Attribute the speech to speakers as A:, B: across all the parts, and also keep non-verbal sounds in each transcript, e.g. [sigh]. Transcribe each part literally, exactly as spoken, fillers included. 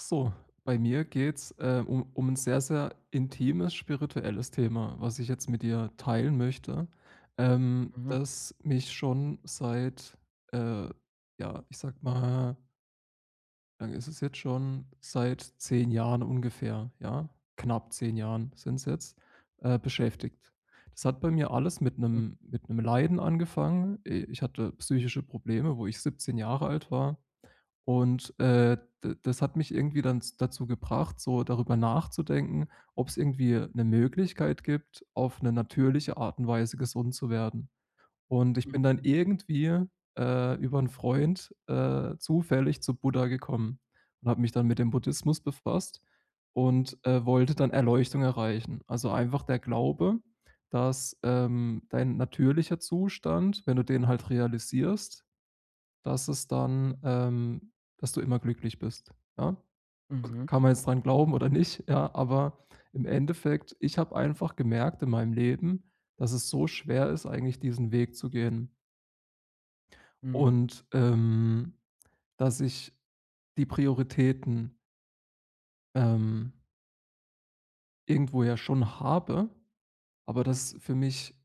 A: So, bei mir geht's, äh, um um 'n sehr, sehr intimes spirituelles Thema, was ich jetzt mit dir teilen möchte, ähm,
B: Mhm,
A: das mich schon seit, äh, ja, ich sage mal, wie lange ist es jetzt schon? Seit zehn Jahren ungefähr, ja? Knapp zehn Jahren sind's jetzt, äh, beschäftigt. Das hat bei mir alles mit
B: mhm,
A: einem mit einem Leiden angefangen. Ich hatte psychische Probleme, wo ich siebzehn Jahre alt war. Und, äh, d das hat mich irgendwie dann z dazu gebracht, so darüber nachzudenken, ob es irgendwie eine Möglichkeit gibt, auf eine natürliche Art und Weise gesund zu werden. Und ich bin dann
B: mhm,
A: irgendwie, äh, über einen Freund, äh, zufällig zu Buddha gekommen und habe mich dann mit dem Buddhismus befasst und, äh, wollte dann Erleuchtung erreichen. Also, einfach der Glaube, dass, ähm, dein natürlicher Zustand, wenn du den halt realisierst, dass es dann ähm, dass du immer glücklich bist, ja?
B: mhm,
A: Kann man jetzt dran glauben oder nicht, ja, aber im Endeffekt, ich habe einfach gemerkt in meinem Leben, dass es so schwer ist, eigentlich diesen Weg zu gehen
B: mhm.
A: und, ähm, dass ich die Prioritäten, ähm, irgendwo ja schon habe, aber das für mich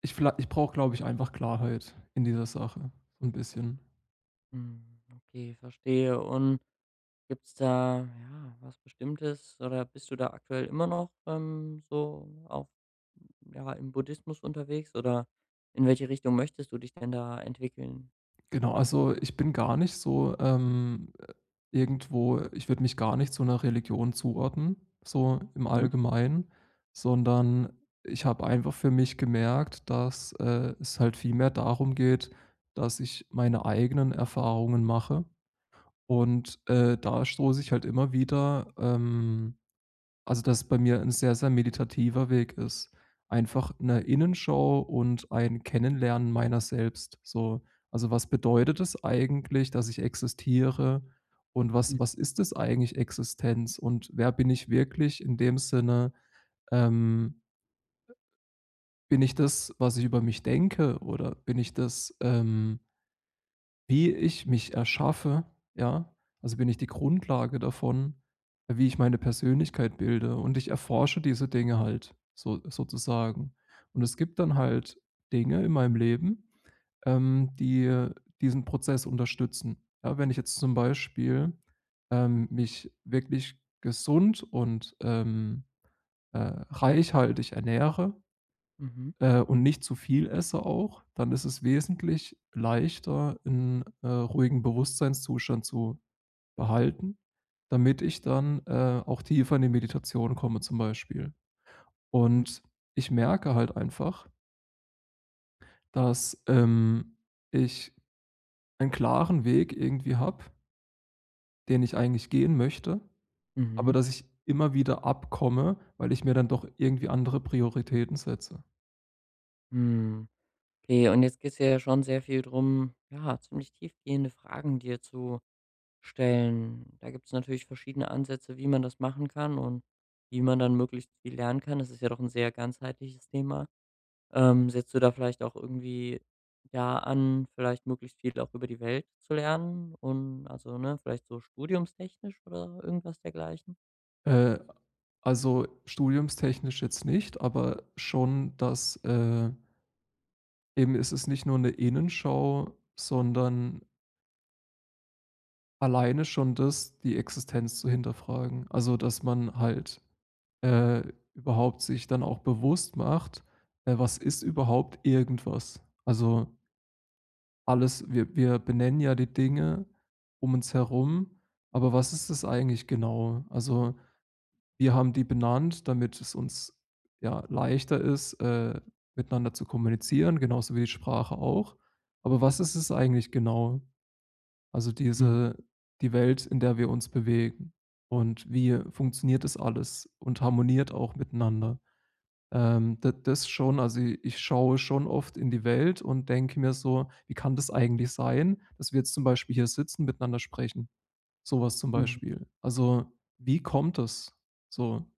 A: ich viellei ich brauche, glaube ich, einfach Klarheit in dieser Sache, so ein bisschen.
B: Mhm, okay, verstehe. Und gibt's da, ja, was Bestimmtes oder bist du da aktuell immer noch, ähm, so auf ja, im Buddhismus unterwegs oder in welche Richtung möchtest du dich denn da entwickeln?
A: Genau, also ich bin gar nicht so, ähm, äh, irgendwo ich würde mich gar nicht zu einer Religion zuordnen, so im
B: Mhm,
A: Allgemeinen, sondern ich habe einfach für mich gemerkt, dass, äh, es halt viel mehr darum geht, dass ich meine eigenen Erfahrungen mache und, äh, da stoße ich halt immer wieder, ähm also, dass bei mir ein sehr, sehr meditativer Weg ist. Einfach eine Innenschau und ein Kennenlernen meiner selbst, so. Also, was bedeutet es eigentlich, dass ich existiere und was was
B: mhm,
A: ist es eigentlich, Existenz und wer bin ich wirklich in dem Sinne? Ähm, bin ich das, was ich über mich denke oder bin ich das, ähm wie ich mich erschaffe, ja? Also, bin ich die Grundlage davon, wie ich meine Persönlichkeit bilde und ich erforsche diese Dinge halt so sozusagen. Und es gibt dann halt Dinge in meinem Leben, ähm, die diesen Prozess unterstützen. Ja, wenn ich jetzt zum Beispiel, ähm, mich wirklich gesund und, ähm, äh, reichhaltig ernähre,
B: mhm,
A: äh, und nicht zu viel esse auch, dann ist es wesentlich leichter, einen äh, ruhigen Bewusstseinszustand zu behalten, damit ich dann, äh, auch tiefer in die Meditation komme zum Beispiel.
B: mhm,
A: Und ich merke halt einfach, dass, ähm, ich einen klaren Weg irgendwie habe, den ich eigentlich gehen möchte, aber
B: mhm,
A: dass ich immer wieder abkomme, weil ich mir dann doch irgendwie andere Prioritäten setze.
B: mhm. Okay, und jetzt geht's ja schon sehr viel drum, ja, ziemlich tiefgehende Fragen dir zu stellen. Da gibt es natürlich verschiedene Ansätze, wie man das machen kann und wie man dann möglichst viel lernen kann. Das ist ja doch ein sehr ganzheitliches Thema. Ähm, setzt du da vielleicht auch irgendwie da an, vielleicht möglichst viel auch über die Welt zu lernen und also, ne, vielleicht so studiumstechnisch oder irgendwas dergleichen?
A: Äh, also, studiumstechnisch jetzt nicht, aber schon, dass, äh eben ist es nicht nur eine Innenschau, sondern alleine schon das, die Existenz zu hinterfragen. Also, dass man halt, äh, überhaupt sich dann auch bewusst macht, äh, was ist überhaupt irgendwas? Also, alles wir wir benennen ja die Dinge um uns herum, aber was ist es eigentlich genau? Also, wir haben die benannt, damit es uns, ja, leichter ist, äh, miteinander zu kommunizieren, genauso wie die Sprache auch. Aber was ist es eigentlich genau? Also
B: Mhm,
A: diese die Welt, in der wir uns bewegen und wie funktioniert das alles und harmoniert auch miteinander? Ähm, da das schon, also i ich schaue schon oft in die Welt und denke mir so: „Wie kann das eigentlich sein, dass wir jetzt zum Beispiel hier sitzen, miteinander sprechen?“ Sowas zum
B: mhm.
A: Beispiel. Also, wie kommt das? So.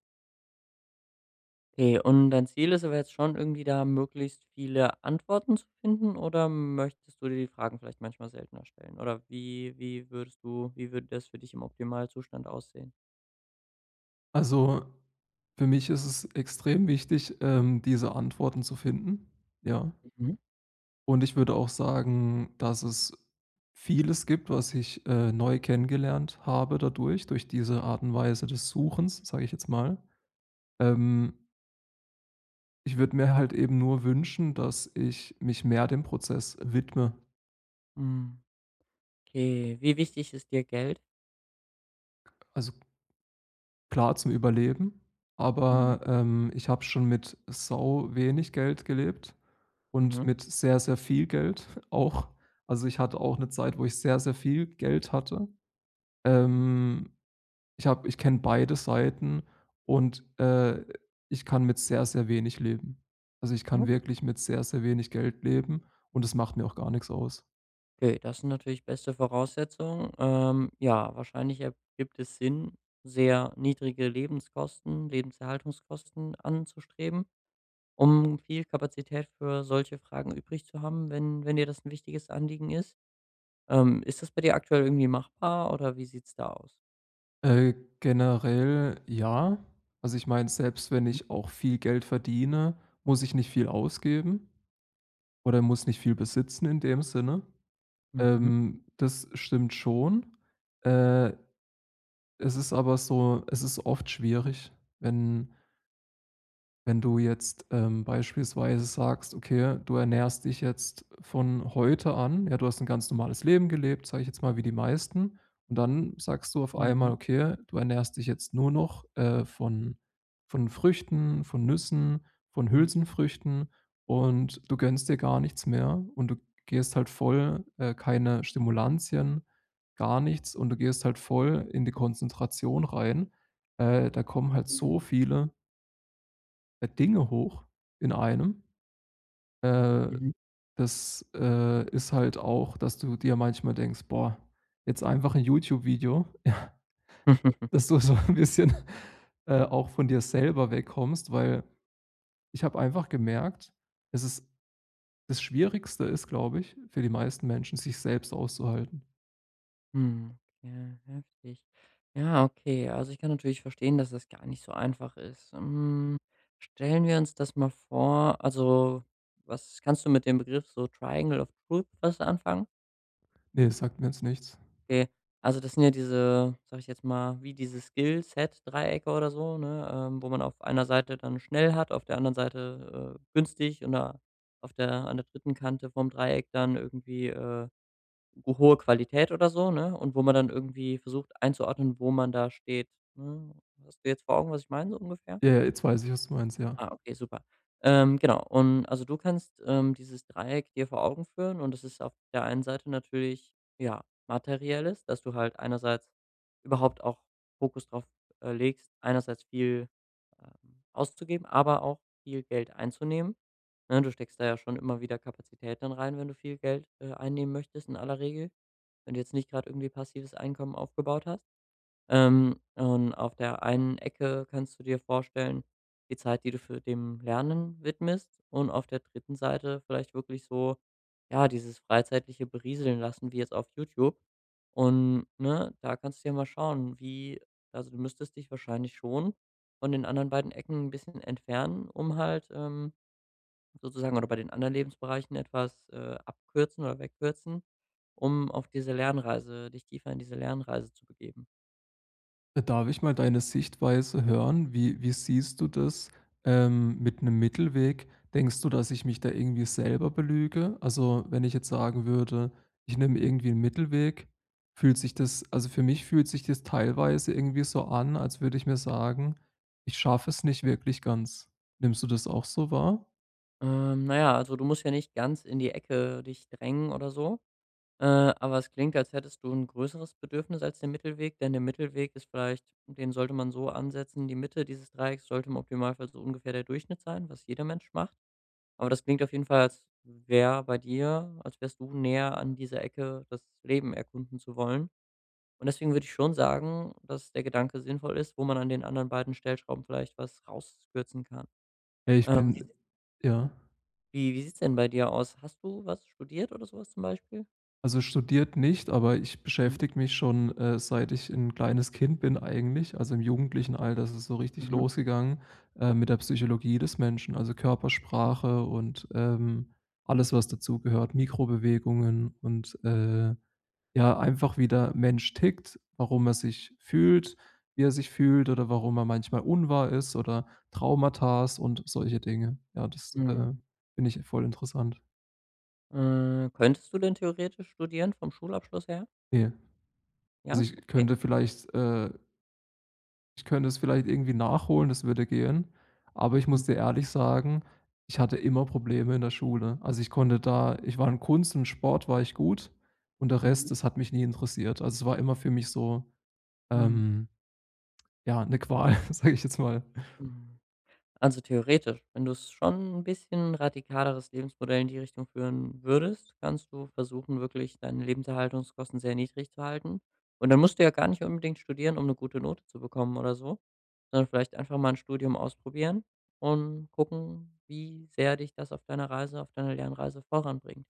B: Okay, und dein Ziel ist aber jetzt schon irgendwie da möglichst viele Antworten zu finden oder möchtest du dir die Fragen vielleicht manchmal seltener stellen? Oder wie wie würdest du wie würde das für dich im Optimalzustand aussehen?
A: Also, für mich ist es extrem wichtig, ähm, diese Antworten zu finden, ja.
B: Mhm.
A: Und ich würde auch sagen, dass es vieles gibt, was ich, äh, neu kennengelernt habe dadurch, durch diese Art und Weise des Suchens, sage ich jetzt mal. Ähm, ich würde mir halt eben nur wünschen, dass ich mich mehr dem Prozess widme.
B: Hm, okay. Wie wichtig ist dir Geld?
A: Also, klar zum Überleben,
B: Mhm.
A: aber, ähm, ich habe schon mit sau wenig Geld gelebt. Und
B: Mhm.
A: mit sehr, sehr viel Geld [laughs] auch. Also, ich hatte auch eine Zeit, wo ich sehr, sehr viel Geld hatte. Ähm, ich habe ich kenne beide Seiten und, äh, ich kann mit sehr, sehr wenig leben. Also, ich kann wirklich mit sehr, sehr wenig Geld leben und es macht mir auch gar nichts aus.
B: Okay, das sind natürlich beste Voraussetzungen. Ähm, ja, wahrscheinlich ergibt es Sinn, sehr niedrige Lebenskosten, Lebenserhaltungskosten anzustreben, um viel Kapazität für solche Fragen übrig zu haben, wenn, wenn dir das ein wichtiges Anliegen ist. Ähm, ist das bei dir aktuell irgendwie machbar oder wie sieht's da aus?
A: Äh, Generell ja. Also, ich meine, selbst wenn
B: Mhm.
A: ich auch viel Geld verdiene, muss ich nicht viel ausgeben oder muss nicht viel besitzen in dem Sinne.
B: Mhm.
A: Ähm, das stimmt schon. Äh, Es ist aber so es ist oft schwierig, wenn wenn du jetzt, ähm, beispielsweise sagst, okay, du ernährst dich jetzt von heute an ja, du hast ein ganz normales Leben gelebt, sage ich jetzt mal, wie die meisten. Und dann sagst du auf einmal:
B: Mhm.
A: „Okay, du ernährst dich jetzt nur noch, äh, von von Früchten, von Nüssen, von Hülsenfrüchten und du gönnst dir gar nichts mehr und du gehst halt voll äh, keine Stimulantien, gar nichts und du gehst halt voll in die Konzentration rein.“ Äh, da kommen halt so
B: Mhm.
A: viele äh, Dinge hoch in einem. Äh,
B: Mhm.
A: Das äh, ist halt auch, dass du dir manchmal denkst: „Boah, jetzt einfach ein YouTube-Video“, [laughs] ja,
B: [laughs]
A: dass du so ein bisschen, äh, auch von dir selber wegkommst, weil ich habe einfach gemerkt, es ist das Schwierigste ist, glaube ich, für die meisten Menschen, sich selbst auszuhalten.
B: Hm, ja, heftig. Ja, okay. Also, ich kann natürlich verstehen, dass das gar nicht so einfach ist. Hm, stellen wir uns das mal vor also, was kannst du mit dem Begriff so Triangle of Truth was anfangen?
A: Ne, sagt mir jetzt nichts.
B: Okay, also, das sind ja diese, sage ich jetzt mal, wie diese Set dreiecke oder so, ne, ähm, wo man auf einer Seite dann schnell hat, auf der anderen Seite, äh, günstig und da auf der an der dritten Kante vom Dreieck dann irgendwie, äh hohe Qualität oder so, ne? Und wo man dann irgendwie versucht einzuordnen, wo man da steht, ne? Hast du jetzt vor Augen, was ich meine, so ungefähr?
A: Ja, ja, jetzt weiß ich, was du meinst, ja.
B: Ah, okay, super. Ähm, genau. Und also du kannst, ähm, dieses Dreieck dir vor Augen führen und das ist auf der einen Seite natürlich, ja, Materielles, dass du halt einerseits überhaupt auch Fokus drauf, äh, legst, einerseits viel, ähm, auszugeben, aber auch viel Geld einzunehmen. Ne, du steckst da ja schon immer wieder Kapazität dann rein, wenn du viel Geld, äh, einnehmen möchtest in aller Regel, wenn du jetzt nicht gerade irgendwie passives Einkommen aufgebaut hast. Ähm, und auf der einen Ecke kannst du dir vorstellen, die Zeit, die du für dem Lernen widmest und auf der dritten Seite vielleicht wirklich so, ja, dieses freizeitliche Berieseln lassen, wie jetzt auf YouTube. Und, ne, da kannst du ja mal schauen, wie also du müsstest dich wahrscheinlich schon von den anderen beiden Ecken ein bisschen entfernen, um halt, ähm, sozusagen oder bei den anderen Lebensbereichen etwas, äh, abkürzen oder wegkürzen, um auf diese Lernreise dich tiefer in diese Lernreise zu begeben.
A: Darf ich mal deine Sichtweise hören? Wie wie siehst du das, ähm, mit einem Mittelweg? Denkst du, dass ich mich da irgendwie selber belüge? Also, wenn ich jetzt sagen würde, ich nehme irgendwie einen Mittelweg, fühlt sich das also, für mich fühlt sich das teilweise irgendwie so an, als würde ich mir sagen: „Ich schaffe es nicht wirklich ganz.“ Nimmst du das auch so wahr?
B: Ähm, na ja, also du musst ja nicht ganz in die Ecke dich drängen oder so, äh, aber es klingt, als hättest du ein größeres Bedürfnis als den Mittelweg, denn der Mittelweg ist vielleicht den sollte man so ansetzen, die Mitte dieses Dreiecks sollte im Optimalfall so ungefähr der Durchschnitt sein, was jeder Mensch macht. Aber das klingt auf jeden Fall, als wäre bei dir als wärst du näher an dieser Ecke, das Leben erkunden zu wollen. Und deswegen würde ich schon sagen, dass der Gedanke sinnvoll ist, wo man an den anderen beiden Stellschrauben vielleicht was rauskürzen kann.
A: Ey, ich
B: Ähm, wie
A: bin ja?
B: wie wie sieht's denn bei dir aus? Hast du was studiert oder sowas zum Beispiel?
A: Also, studiert nicht, aber ich
B: Mhm,
A: beschäftige mich schon, äh, seit ich 'n kleines Kind bin eigentlich. Also, im jugendlichen Alter ist es so richtig
B: mhm,
A: losgegangen, äh, mit der Psychologie des Menschen, also
B: mhm,
A: Körpersprache und, ähm, alles, was dazugehört, Mikrobewegungen und, äh, ja, einfach wie der Mensch tickt, warum er sich fühlt, wie er sich fühlt oder warum er manchmal unwahr ist oder Traumatas und solche Dinge. Ja, das, äh,
B: mhm.
A: finde ich voll interessant.
B: Äh, könntest du denn theoretisch studieren vom Schulabschluss her?
A: Ne, also,
B: Ja?
A: ich
B: Okay.
A: könnte vielleicht, äh ich könnte es vielleicht irgendwie nachholen, das würde gehen. Aber ich
B: Mhm,
A: muss dir ehrlich sagen, ich hatte immer Probleme in der Schule. Also, ich konnte da ich war in Kunst und Sport war ich gut und der Rest,
B: mhm,
A: das hat mich nie interessiert. Also, es war immer für mich so,
B: mhm,
A: ähm, ja, eine Qual, [laughs] sage ich jetzt mal.
B: mhm. Also theoretisch, wenn du es schon ein bisschen radikaleres Lebensmodell in die Richtung führen würdest, kannst du versuchen, wirklich deine Lebenserhaltungskosten sehr niedrig zu halten. Und dann musst du ja gar nicht unbedingt studieren, um eine gute Note zu bekommen oder so, sondern vielleicht einfach mal ein Studium ausprobieren und gucken, wie sehr dich das auf deiner Reise auf deiner Lernreise voranbringt.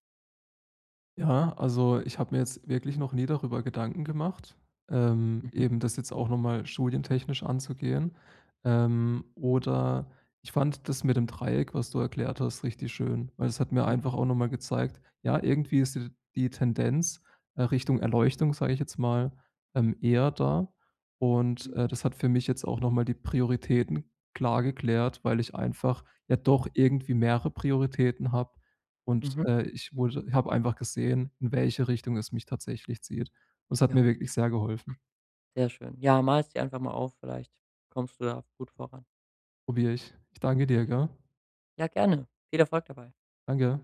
A: Ja, also ich habe mir jetzt wirklich noch nie darüber Gedanken gemacht, ähm,
B: Mhm,
A: eben das jetzt auch noch mal studientechnisch anzugehen. Ähm, oder ich fand das mit dem Dreieck, was du erklärt hast, richtig schön, weil es hat mir
B: mhm,
A: einfach auch noch mal gezeigt, ja, irgendwie ist die die Tendenz, äh, Richtung Erleuchtung, sage ich jetzt mal, ähm, eher da. Und,
B: mhm.
A: äh, das hat für mich jetzt auch noch mal die Prioritäten klar geklärt, weil ich einfach ja doch irgendwie mehrere Prioritäten habe und,
B: Mhm.
A: äh, ich wurde habe einfach gesehen, in welche Richtung es mich tatsächlich zieht. Und es hat
B: Ja,
A: mir wirklich sehr geholfen.
B: sehr schön. Ja, malst dir einfach mal auf, vielleicht kommst du da gut voran.
A: Probiere ich. Ich danke dir, gell?
B: Ja, gerne. Viel Erfolg dabei.
A: Danke.